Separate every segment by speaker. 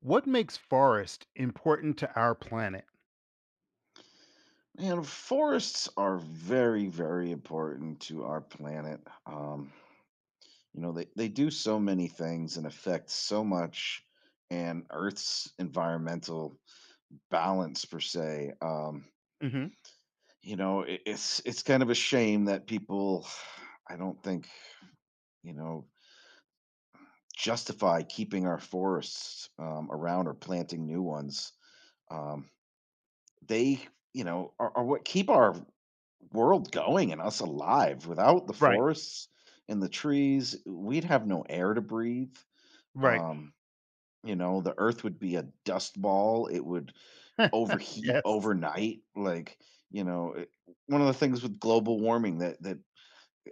Speaker 1: What makes forest important to our planet?
Speaker 2: Man, forests are very, very important to our planet. They do so many things and affect so much and Earth's environmental balance per se. Um,
Speaker 1: Hmm.
Speaker 2: you know, it, it's it's kind of a shame that people, I don't think, you know, justify keeping our forests around or planting new ones. Um, they are what keep our world going and us alive. Without the
Speaker 1: Right.
Speaker 2: forests and the trees, we'd have no air to breathe.
Speaker 1: Right.
Speaker 2: Um, the earth would be a dust ball. It would overheat
Speaker 1: Yes.
Speaker 2: overnight. You know, it- One of the things with global warming, that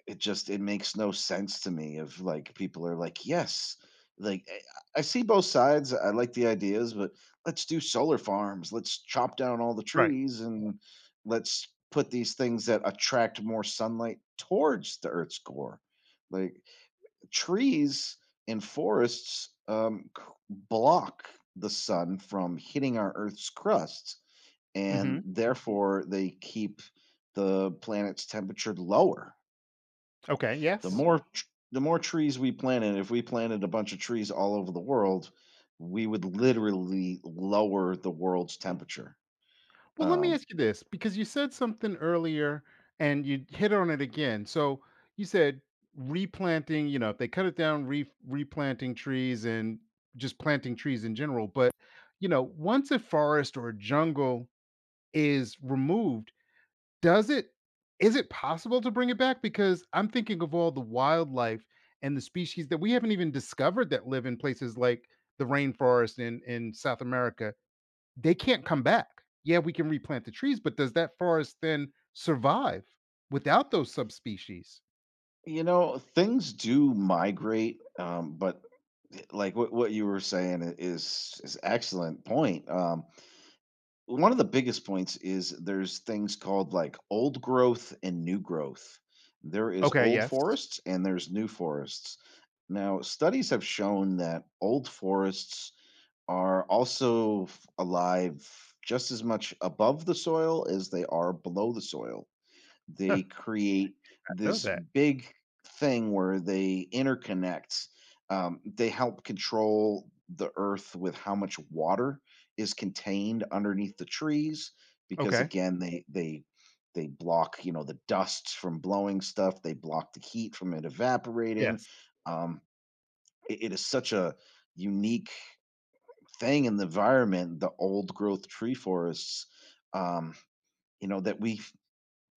Speaker 2: it makes no sense to me. Of like, people are like, yes, like, I see both sides. I like the ideas, but let's do solar farms, let's chop down all the
Speaker 1: Right.
Speaker 2: trees, and let's put these things that attract more sunlight towards the earth's core, like trees and forests, block the sun from hitting our earth's crust. And
Speaker 1: Hmm.
Speaker 2: therefore they keep the planet's temperature lower.
Speaker 1: Okay.
Speaker 2: the
Speaker 1: Yes.
Speaker 2: more tr- the more trees we planted, if we planted a bunch of trees all over the world, we would literally lower the world's temperature.
Speaker 1: Well, let me
Speaker 2: um
Speaker 1: ask you this because you said something earlier and you hit on it again. So you said replanting, if they cut it down, replanting trees and just planting trees in general. But, once a forest or a jungle is removed, Does it is it possible to bring it back? Because I'm thinking of all the wildlife and the species that we haven't even discovered that live in places like the rainforest in South America. They can't come back. Yeah, we can replant the trees, but does that forest then survive without those subspecies?
Speaker 2: Things do migrate, but like what you were saying is excellent point. One of the biggest points is there's things called like old growth and new growth. There is
Speaker 1: Okay,
Speaker 2: old
Speaker 1: yes.
Speaker 2: forests and there's new forests. Now studies have shown that old forests are also alive just as much above the soil as they are below the soil.
Speaker 1: Huh,
Speaker 2: They create
Speaker 1: I know
Speaker 2: this
Speaker 1: that.
Speaker 2: big thing where they interconnect. They help control the earth with how much water is contained underneath the trees, because
Speaker 1: Okay.
Speaker 2: again they block the dust from blowing stuff. They block the heat from it evaporating.
Speaker 1: Yes.
Speaker 2: Um, it it is such a unique thing in the environment, the old growth tree forests, um, that we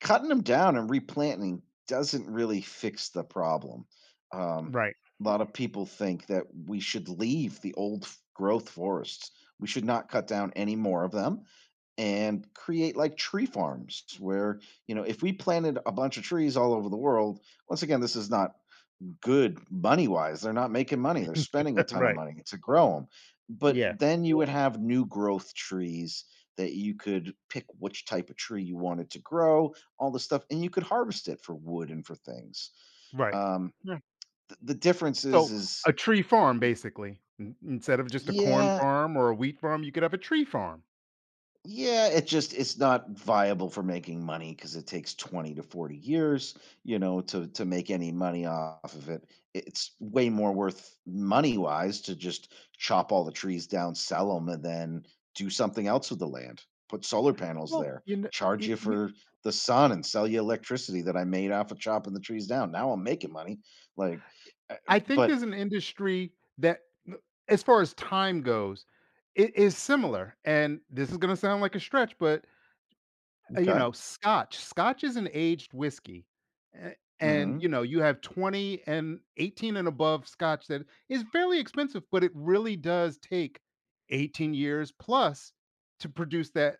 Speaker 2: cutting them down and replanting doesn't really fix the problem. Um,
Speaker 1: Right.
Speaker 2: a lot of people think that we should leave the old growth forests. We should not cut down any more of them and create like tree farms where, if we planted a bunch of trees all over the world. Once again, this is not good money wise. They're not making money. They're spending a ton of
Speaker 1: Right.
Speaker 2: money to grow them. But
Speaker 1: Yeah.
Speaker 2: then you would, yeah, have new growth trees that you could pick which type of tree you wanted to grow, all the stuff, and you could harvest it for wood and for things.
Speaker 1: Right.
Speaker 2: Um,
Speaker 1: Yeah.
Speaker 2: the difference is,
Speaker 1: So
Speaker 2: is
Speaker 1: a tree farm, basically, instead of just a
Speaker 2: yeah,
Speaker 1: corn
Speaker 2: yeah,
Speaker 1: farm or a wheat farm, you could have a tree farm.
Speaker 2: yeah, it's not viable for making money because it takes 20 to 40 years, to make any money off of it. It's way more worth money-wise to just chop all the trees down, sell them, and then do something else with the land. Put solar panels
Speaker 1: Well,
Speaker 2: there,
Speaker 1: you know,
Speaker 2: charge you
Speaker 1: y y
Speaker 2: for the sun and sell you electricity that I made off of chopping the trees down. Now I'm making money. Like uh,
Speaker 1: I think
Speaker 2: but
Speaker 1: there's an industry that n As far as time goes, it is similar, and this is gonna sound like a stretch, but, you
Speaker 2: okay.
Speaker 1: know, Scotch is an aged whiskey, a and, you
Speaker 2: Mhm.
Speaker 1: know, you have 20 and 18 and above Scotch that is fairly expensive, but it really does take 18 years plus to produce that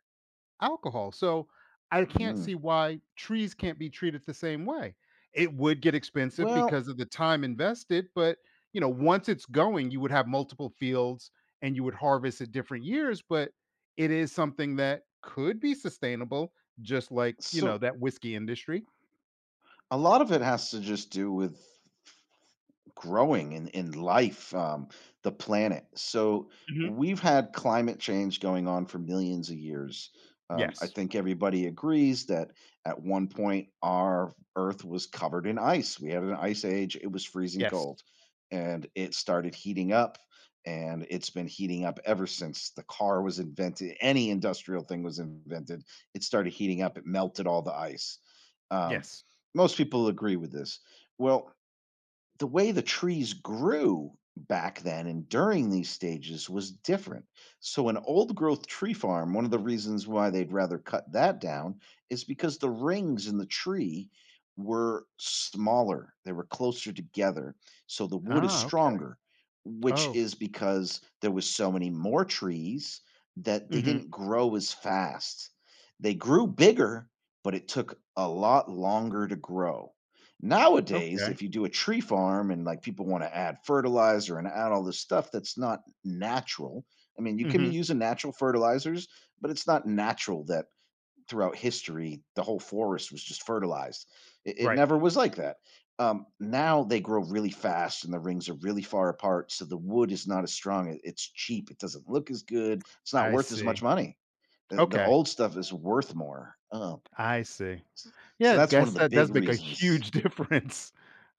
Speaker 1: alcohol. So I can't
Speaker 2: Mm. Yeah.
Speaker 1: see why trees can't be treated the same way. It would get expensive
Speaker 2: Well,
Speaker 1: because of the time invested, but once it's going, you would have multiple fields and you would harvest at different years, but it is something that could be sustainable, just like
Speaker 2: so
Speaker 1: that whiskey industry.
Speaker 2: a lot of it has to just do with growing in life, the planet. So
Speaker 1: Hmm.
Speaker 2: we've had climate change going on for millions of years. I
Speaker 1: Yes.
Speaker 2: think everybody agrees that at one point our Earth was covered in ice. We had an ice age. It was freezing
Speaker 1: Yes.
Speaker 2: cold, and it started heating up, and it's been heating up ever since the car was invented. Any industrial thing was invented. It started heating up. It melted all the ice. Um,
Speaker 1: Yes.
Speaker 2: Most people agree with this. Well, the way the trees grew back then and during these stages was different. So, an old growth tree farm, one of the reasons why they'd rather cut that down is because the rings in the tree were smaller, they were closer together. So, the wood is
Speaker 1: Ah, okay.
Speaker 2: stronger, which
Speaker 1: Oh.
Speaker 2: is because there was so many more trees that they
Speaker 1: Hmm.
Speaker 2: didn't grow as fast. They grew bigger, but it took a lot longer to grow. Nowadays,
Speaker 1: Okay.
Speaker 2: if you do a tree farm and like people want to add fertilizer and add all this stuff that's not natural. I mean, you can be
Speaker 1: Hmm.
Speaker 2: using natural fertilizers, but it's not natural that throughout history the whole forest was just fertilized. It
Speaker 1: Right.
Speaker 2: never was like that. Now they grow really fast and the rings are really far apart, so the wood is not as strong. It's cheap. It doesn't look as good. It's not
Speaker 1: I
Speaker 2: worth as much
Speaker 1: see.
Speaker 2: money. The
Speaker 1: Okay.
Speaker 2: old stuff is worth more. Oh,
Speaker 1: I see. Yeah,
Speaker 2: so
Speaker 1: I
Speaker 2: that's one of
Speaker 1: guess
Speaker 2: the
Speaker 1: that
Speaker 2: big
Speaker 1: does make a
Speaker 2: reasons.
Speaker 1: huge difference.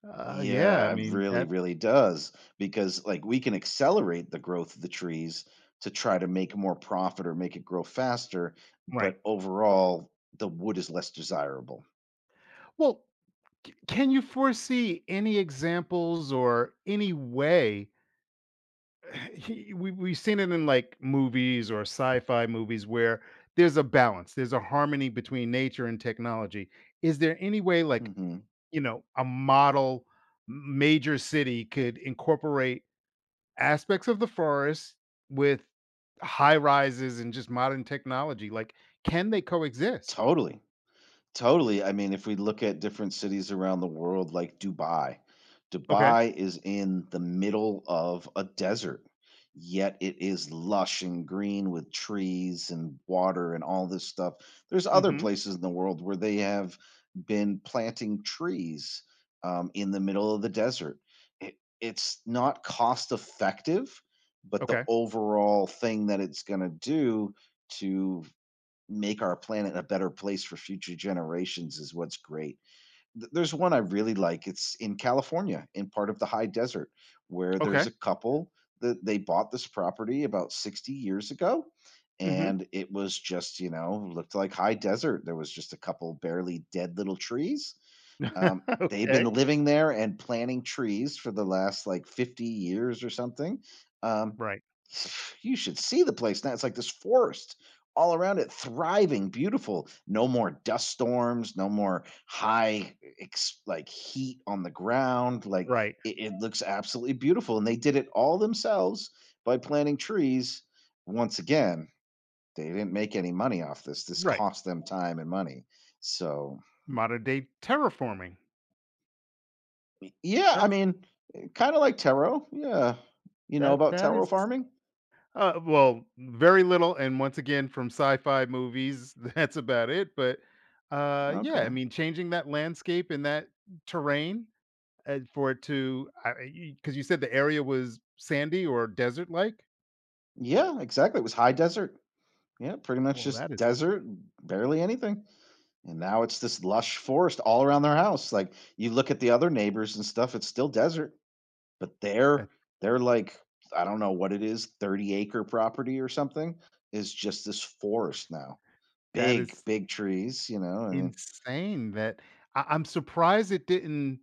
Speaker 1: Yeah, I
Speaker 2: Yeah, it
Speaker 1: mean
Speaker 2: really,
Speaker 1: that.
Speaker 2: really does. Because like we can accelerate the growth of the trees to try to make more profit or make it grow faster,
Speaker 1: Right.
Speaker 2: but overall the wood is less desirable.
Speaker 1: Well, can you foresee any examples or any way? We've seen it in like movies or sci-fi movies where there's a balance, there's a harmony between nature and technology. Is there any way, like
Speaker 2: Hmm.
Speaker 1: a model major city could incorporate aspects of the forest with high rises and just modern technology? Like, can they coexist?
Speaker 2: Totally. Totally. I mean, if we look at different cities around the world, like Dubai,
Speaker 1: Okay.
Speaker 2: Dubai is in the middle of a desert, yet it is lush and green with trees and water and all this stuff. There's other
Speaker 1: Hmm.
Speaker 2: places in the world where they have been planting trees, in the middle of the desert. It's not cost effective, but the
Speaker 1: Okay.
Speaker 2: overall thing that it's going to do to make our planet a better place for future generations is what's great. There's one I really like. It's in California, in part of the high desert, where there's
Speaker 1: Okay.
Speaker 2: a couple that they bought this property about 60 years ago.
Speaker 1: Mhm.
Speaker 2: And it was just, looked like high desert. There was just a couple barely dead little trees. um, they've been
Speaker 1: Okay.
Speaker 2: living there and planting trees for the last like 50 years or something. Um,
Speaker 1: Right,
Speaker 2: you should see the place now. It's like this forest all around it, thriving, beautiful. No more dust storms, no more high like heat on the ground. Like
Speaker 1: right,
Speaker 2: it looks absolutely beautiful, and they did it all themselves by planting trees. Once again, they didn't make any money off this. This
Speaker 1: right.
Speaker 2: cost them time and money. So,
Speaker 1: Modern day terraforming.
Speaker 2: yeah, I
Speaker 1: That's
Speaker 2: mean, kind of like taro. Yeah. You know
Speaker 1: that
Speaker 2: about
Speaker 1: that
Speaker 2: taro
Speaker 1: is
Speaker 2: farming?
Speaker 1: well, very little and once again from sci-fi movies, that's about it, but, yeah, I
Speaker 2: Okay.
Speaker 1: mean, changing that landscape and that terrain, for it to because you said the area was sandy or desert-like?
Speaker 2: Yeah, exactly. It was high desert. Yeah, pretty much
Speaker 1: Well,
Speaker 2: just desert, barely anything. And now it's this lush forest all around their house. Like you look at the other neighbors and stuff, it's still desert, but
Speaker 1: that
Speaker 2: they're like, I don't know what it is, 30-acre property or something, is just this forest now.
Speaker 1: that
Speaker 2: Big,
Speaker 1: is
Speaker 2: big trees. I mean,
Speaker 1: insane that I'm surprised it didn't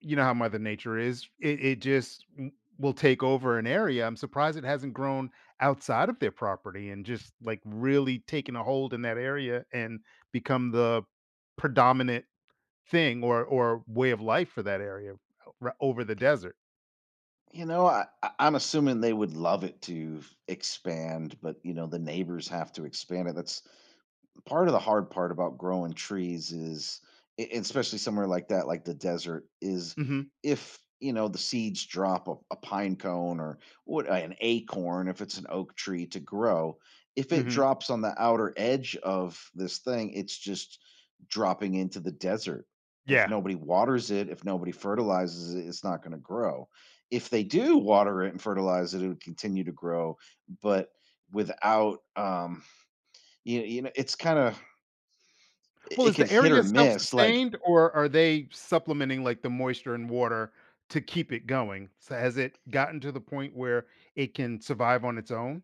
Speaker 1: You know how mother nature is, it just will take over an area. I'm surprised it hasn't grown outside of their property and just like really taken a hold in that area and become the predominant thing or way of life for that area over the desert.
Speaker 2: I'm assuming they would love it to expand, but the neighbors have to expand it. That's part of the hard part about growing trees is especially somewhere like that, like the desert is,
Speaker 1: Hmm.
Speaker 2: if you know the seeds drop a pine cone, or what an acorn if it's an oak tree, to grow. If it
Speaker 1: Hmm.
Speaker 2: drops on the outer edge of this thing, it's just dropping into the desert. If
Speaker 1: Yeah.
Speaker 2: nobody waters it, if nobody fertilizes it, it's not going to grow. If they do water it and fertilize it, it would continue to grow, but without, it's kind of, it
Speaker 1: Well,
Speaker 2: it
Speaker 1: is
Speaker 2: could
Speaker 1: the
Speaker 2: hit
Speaker 1: area
Speaker 2: or miss. Like
Speaker 1: self-sustained or are they supplementing like the moisture and water to keep it going? So has it gotten to the point where it can survive on its own?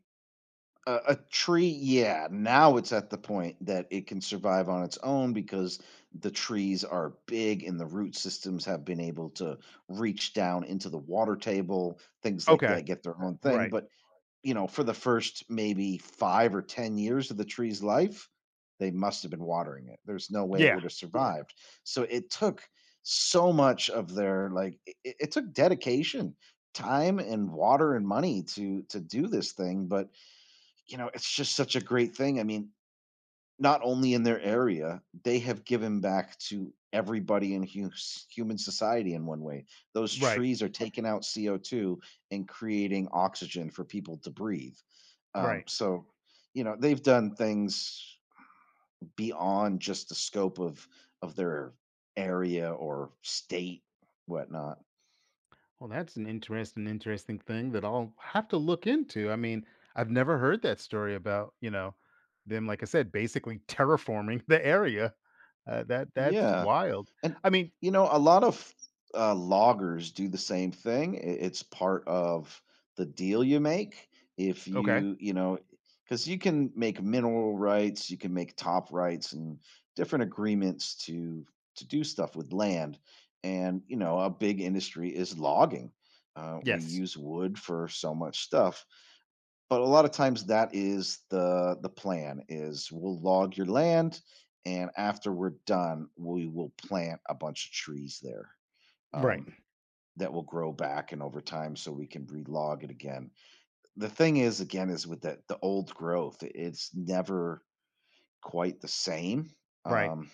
Speaker 2: a tree, yeah, now it's at the point that it can survive on its own because the trees are big and the root systems have been able to reach down into the water table. Things like
Speaker 1: Okay.
Speaker 2: that get their own thing.
Speaker 1: Right.
Speaker 2: But for the first maybe five or 10 years of the tree's life, they must have been watering it. There's no way it
Speaker 1: Yeah.
Speaker 2: would have survived. So it took so much of their, like it took dedication, time and water and money to do this thing. But it's just such a great thing. I mean, not only in their area, they have given back to everybody in human society in one way. Those
Speaker 1: Right,
Speaker 2: trees are taking out CO2 and creating oxygen for people to breathe. Um,
Speaker 1: right.
Speaker 2: so, you know, they've done things beyond just the scope of their area or state, whatnot.
Speaker 1: Well, that's an interesting, interesting thing that I'll have to look into. I mean, I've never heard that story about them, like I said, basically terraforming the area. That's
Speaker 2: Yeah.
Speaker 1: wild.
Speaker 2: And,
Speaker 1: I mean,
Speaker 2: a lot of loggers do the same thing. It's part of the deal you make. If
Speaker 1: okay,
Speaker 2: you, you know, because you can make mineral rights, you can make top rights and different agreements to do stuff with land. And, a big industry is logging. We
Speaker 1: yes,
Speaker 2: use wood for so much stuff. But a lot of times that is the plan, is we'll log your land, and after we're done, we will plant a bunch of trees there.
Speaker 1: right,
Speaker 2: Um, that will grow back and over time so we can relog it again. The thing is again is with that the old growth, it's never quite the same.
Speaker 1: right.
Speaker 2: Um,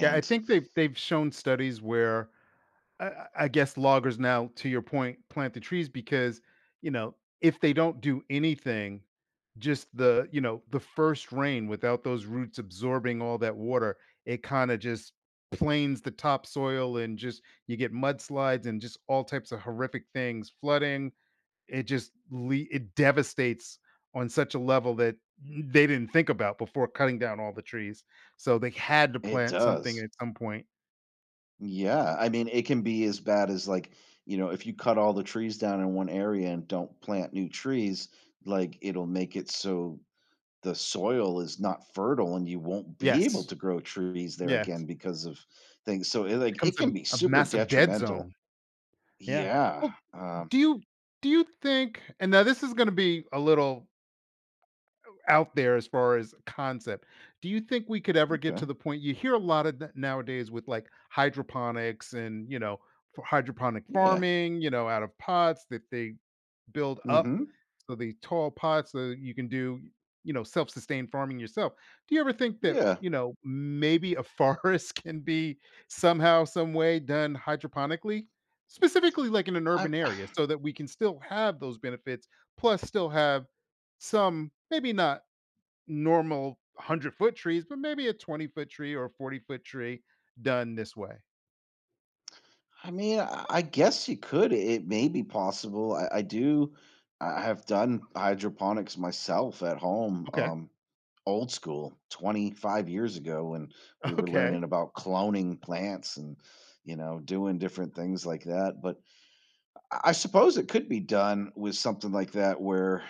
Speaker 1: Yeah, I think they've shown studies where I guess loggers now, to your point, plant the trees because you know if they don't do anything, just the you know the first rain without those roots absorbing all that water, it kind of just planes the topsoil and just you get mudslides and just all types of horrific things, flooding, it just it devastates on such a level that they didn't think about before cutting down all the trees. So they had to
Speaker 2: it
Speaker 1: plant something
Speaker 2: does.
Speaker 1: at some point.
Speaker 2: Yeah. I mean, it can be as bad as like, if you cut all the trees down in one area and don't plant new trees, like it'll make it so the soil is not fertile and you won't be able
Speaker 1: Yes,
Speaker 2: to grow trees there
Speaker 1: yes,
Speaker 2: again because of things. So like it
Speaker 1: becomes a,
Speaker 2: can be
Speaker 1: a
Speaker 2: super
Speaker 1: massive dead
Speaker 2: detrimental.
Speaker 1: zone. Yeah.
Speaker 2: Yeah.
Speaker 1: Well,
Speaker 2: Um,
Speaker 1: do you do you think? And now this is going to be a little out there as far as concept. Do you think we could ever get to
Speaker 2: okay.
Speaker 1: the point you hear a lot of that nowadays with like hydroponics and for hydroponic
Speaker 2: Yeah.
Speaker 1: farming, out of pots that they build up.
Speaker 2: Mm-hmm.
Speaker 1: So the tall pots, so you can do, self-sustained farming yourself. Do you ever think that,
Speaker 2: Yeah.
Speaker 1: maybe a forest can be somehow, some way done hydroponically? Specifically, like in an
Speaker 2: I
Speaker 1: urban area, so that we can still have those benefits, plus still have some, maybe not normal 100-foot trees, but maybe a 20-foot tree or a 40-foot tree done this way.
Speaker 2: I mean, I guess you could. It may be possible. I have done hydroponics myself at home.
Speaker 1: Okay.
Speaker 2: Old school 25 years ago when we were
Speaker 1: Okay.
Speaker 2: learning about cloning plants and doing different things like that. But I suppose it could be done with something like that, where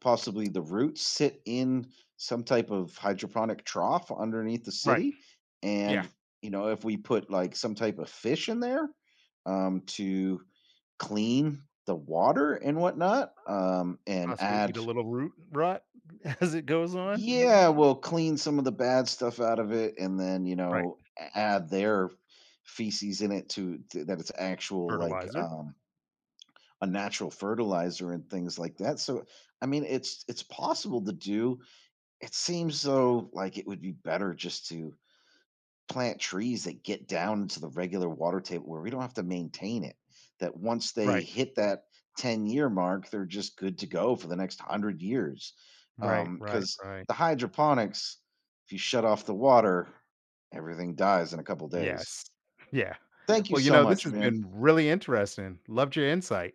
Speaker 2: possibly the roots sit in some type of hydroponic trough underneath the
Speaker 1: Right.
Speaker 2: city.
Speaker 1: Yeah.
Speaker 2: And, if we put like some type of fish in there, to clean the water and whatnot, and
Speaker 1: Possibly eat
Speaker 2: add,
Speaker 1: a little root rot as it goes on.
Speaker 2: yeah, we'll clean some of the bad stuff out of it, and then,
Speaker 1: Right,
Speaker 2: add their feces in it, to that it's actual, like
Speaker 1: fertilizer.
Speaker 2: a natural fertilizer and things like that. So, I mean, it's possible to do. It seems though like it would be better just to plant trees that get down into the regular water table where we don't have to maintain it. That once they
Speaker 1: Right,
Speaker 2: hit that 10-year mark, they're just good to go for the next 100 years.
Speaker 1: right, right,
Speaker 2: Because
Speaker 1: right.
Speaker 2: the hydroponics, if you shut off the water, everything dies in a couple days.
Speaker 1: Yes. Yeah.
Speaker 2: Thank you
Speaker 1: Well,
Speaker 2: so
Speaker 1: this
Speaker 2: much,
Speaker 1: has
Speaker 2: man.
Speaker 1: been really interesting. Loved your insight.